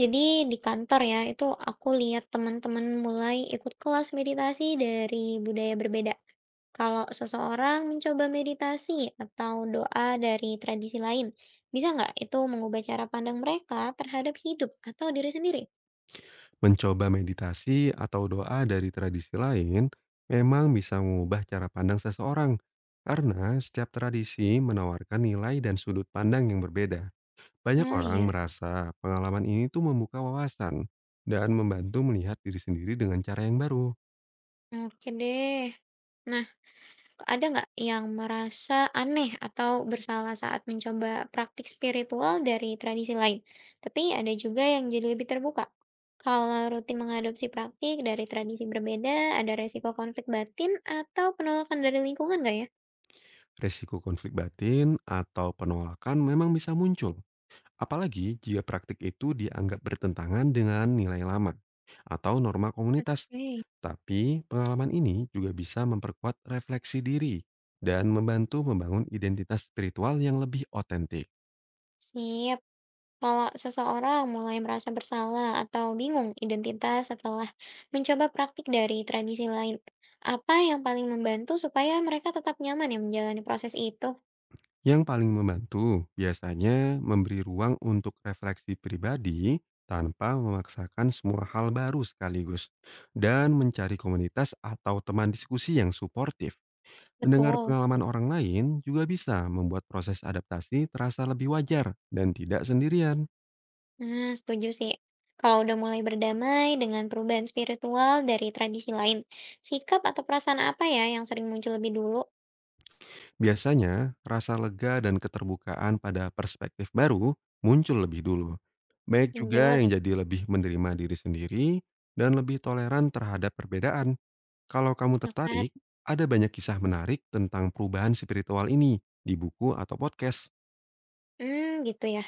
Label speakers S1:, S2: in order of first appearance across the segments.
S1: Jadi di kantor ya, itu aku lihat teman-teman mulai ikut kelas meditasi dari budaya berbeda. Kalau seseorang mencoba meditasi atau doa dari tradisi lain, bisa nggak itu mengubah cara pandang mereka terhadap hidup atau diri sendiri?
S2: Mencoba meditasi atau doa dari tradisi lain memang bisa mengubah cara pandang seseorang karena setiap tradisi menawarkan nilai dan sudut pandang yang berbeda. Banyak
S1: Oh
S2: orang
S1: iya,
S2: merasa pengalaman ini tuh membuka wawasan dan membantu melihat diri sendiri dengan cara yang baru.
S1: oke deh. Ada nggak yang merasa aneh atau bersalah saat mencoba praktik spiritual dari tradisi lain? Tapi ada juga yang jadi lebih terbuka. Kalau rutin mengadopsi praktik dari tradisi berbeda, ada resiko konflik batin atau penolakan dari lingkungan nggak ya?
S2: Resiko konflik batin atau penolakan memang bisa muncul, apalagi jika praktik itu dianggap bertentangan dengan nilai lama atau norma komunitas.
S1: Oke.
S2: Tapi pengalaman ini juga bisa memperkuat refleksi diri dan membantu membangun identitas spiritual yang lebih otentik.
S1: Sip. Kalau seseorang mulai merasa bersalah atau bingung identitas setelah mencoba praktik dari tradisi lain, apa yang paling membantu supaya mereka tetap nyaman ya menjalani proses itu?
S2: Yang paling membantu biasanya memberi ruang untuk refleksi pribadi tanpa memaksakan semua hal baru sekaligus, dan mencari komunitas atau teman diskusi yang suportif. Mendengar
S1: Betul.
S2: pengalaman orang lain juga bisa membuat proses adaptasi terasa lebih wajar dan tidak sendirian.
S1: Nah, setuju sih. Kalau udah mulai berdamai dengan perubahan spiritual dari tradisi lain, sikap atau perasaan apa ya yang sering muncul lebih dulu?
S2: Biasanya, rasa lega dan keterbukaan pada perspektif baru muncul lebih dulu. Baik juga
S1: Lanjut.
S2: yang jadi lebih menerima diri sendiri dan lebih toleran terhadap perbedaan. Kalau kamu
S1: Sepakat.
S2: tertarik, ada banyak kisah menarik tentang perubahan spiritual ini di buku atau podcast.
S1: Hmm, gitu ya.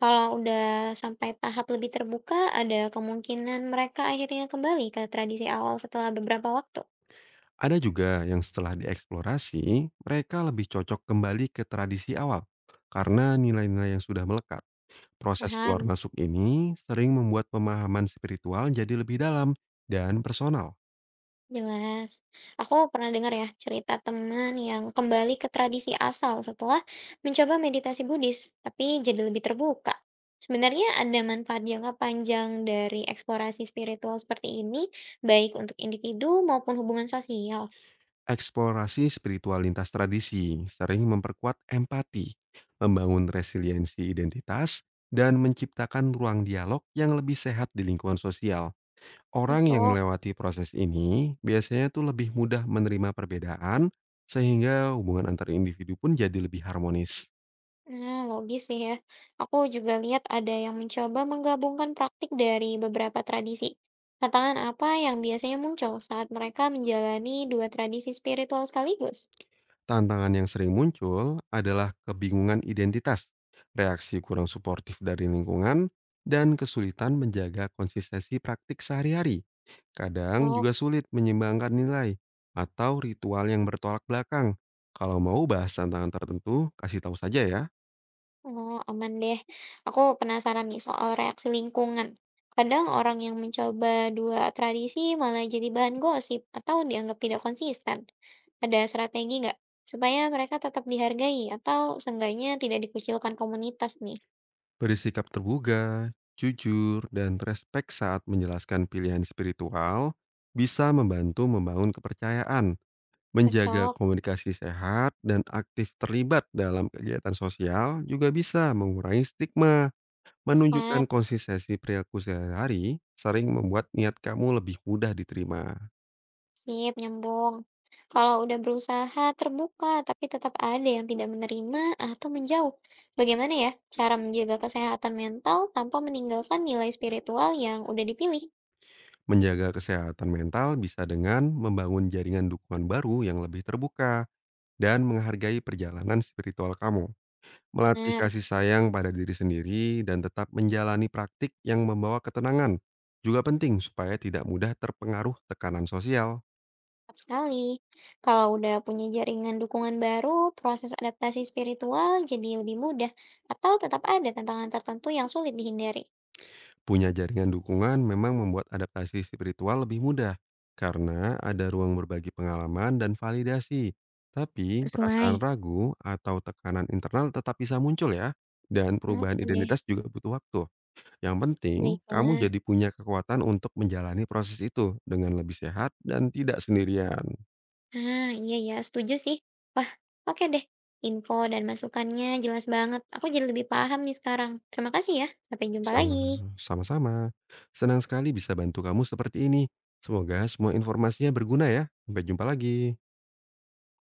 S1: Kalau udah sampai tahap lebih terbuka, ada kemungkinan mereka akhirnya kembali ke tradisi awal setelah beberapa waktu.
S2: Ada juga yang setelah dieksplorasi, mereka lebih cocok kembali ke tradisi awal karena nilai-nilai yang sudah melekat. Proses keluar
S1: Paham?
S2: masuk ini sering membuat pemahaman spiritual jadi lebih dalam dan personal.
S1: Jelas. Aku pernah dengar ya cerita teman yang kembali ke tradisi asal setelah mencoba meditasi Buddhis, tapi jadi lebih terbuka. Sebenarnya ada manfaat jangka panjang dari eksplorasi spiritual seperti ini, baik untuk individu maupun hubungan sosial.
S2: Eksplorasi spiritual lintas tradisi sering memperkuat empati, membangun resiliensi identitas, dan menciptakan ruang dialog yang lebih sehat di lingkungan sosial. Orang yang
S1: Masuk.
S2: melewati proses ini biasanya tuh lebih mudah menerima perbedaan, sehingga hubungan antar individu pun jadi lebih harmonis.
S1: Nah, logis sih ya. Aku juga lihat ada yang mencoba menggabungkan praktik dari beberapa tradisi. Tantangan apa yang biasanya muncul saat mereka menjalani dua tradisi spiritual sekaligus?
S2: Tantangan yang sering muncul adalah kebingungan identitas, reaksi kurang suportif dari lingkungan, dan kesulitan menjaga konsistensi praktik sehari-hari. Kadang
S1: Cocok.
S2: juga sulit menyeimbangkan nilai atau ritual yang bertolak belakang. Kalau mau bahas tantangan tertentu, kasih tahu saja ya.
S1: Oh, aman deh. Aku penasaran nih soal reaksi lingkungan. Kadang orang yang mencoba dua tradisi malah jadi bahan gosip atau dianggap tidak konsisten. Ada strategi nggak supaya mereka tetap dihargai atau seenggaknya tidak dikucilkan komunitas nih?
S2: Bersikap terbuka, jujur, dan respek saat menjelaskan pilihan spiritual bisa membantu membangun kepercayaan, menjaga
S1: Cocok,
S2: komunikasi sehat, dan aktif terlibat dalam kegiatan sosial juga bisa mengurangi stigma. Menunjukkan
S1: tepat,
S2: konsistensi perilaku sehari-hari sering membuat niat kamu lebih mudah diterima.
S1: sip, nyambung. Kalau udah berusaha terbuka tapi tetap ada yang tidak menerima atau menjauh, bagaimana ya cara menjaga kesehatan mental tanpa meninggalkan nilai spiritual yang udah dipilih?
S2: Menjaga kesehatan mental bisa dengan membangun jaringan dukungan baru yang lebih terbuka dan menghargai perjalanan spiritual kamu. Melatih
S1: Benar,
S2: kasih sayang pada diri sendiri dan tetap menjalani praktik yang membawa ketenangan juga penting supaya tidak mudah terpengaruh tekanan sosial.
S1: tepat sekali. Kalau udah punya jaringan dukungan baru, proses adaptasi spiritual jadi lebih mudah, atau tetap ada tantangan tertentu yang sulit dihindari.
S2: Punya jaringan dukungan memang membuat adaptasi spiritual lebih mudah karena ada ruang berbagi pengalaman dan validasi. Tapi perasaan
S1: Sesuai.
S2: ragu atau tekanan internal tetap bisa muncul ya. Dan perubahan
S1: Oke deh,
S2: identitas juga butuh waktu. Yang penting, kamu
S1: baiklah.
S2: jadi punya kekuatan untuk menjalani proses itu dengan lebih sehat dan tidak sendirian.
S1: Ah, iya ya, setuju sih. Wah, oke deh. Info dan masukannya jelas banget. Aku jadi lebih paham nih sekarang. Terima kasih ya. Sampai jumpa lagi.
S2: Sama sama-sama. Senang sekali bisa bantu kamu seperti ini. Semoga semua informasinya berguna ya. Sampai jumpa lagi.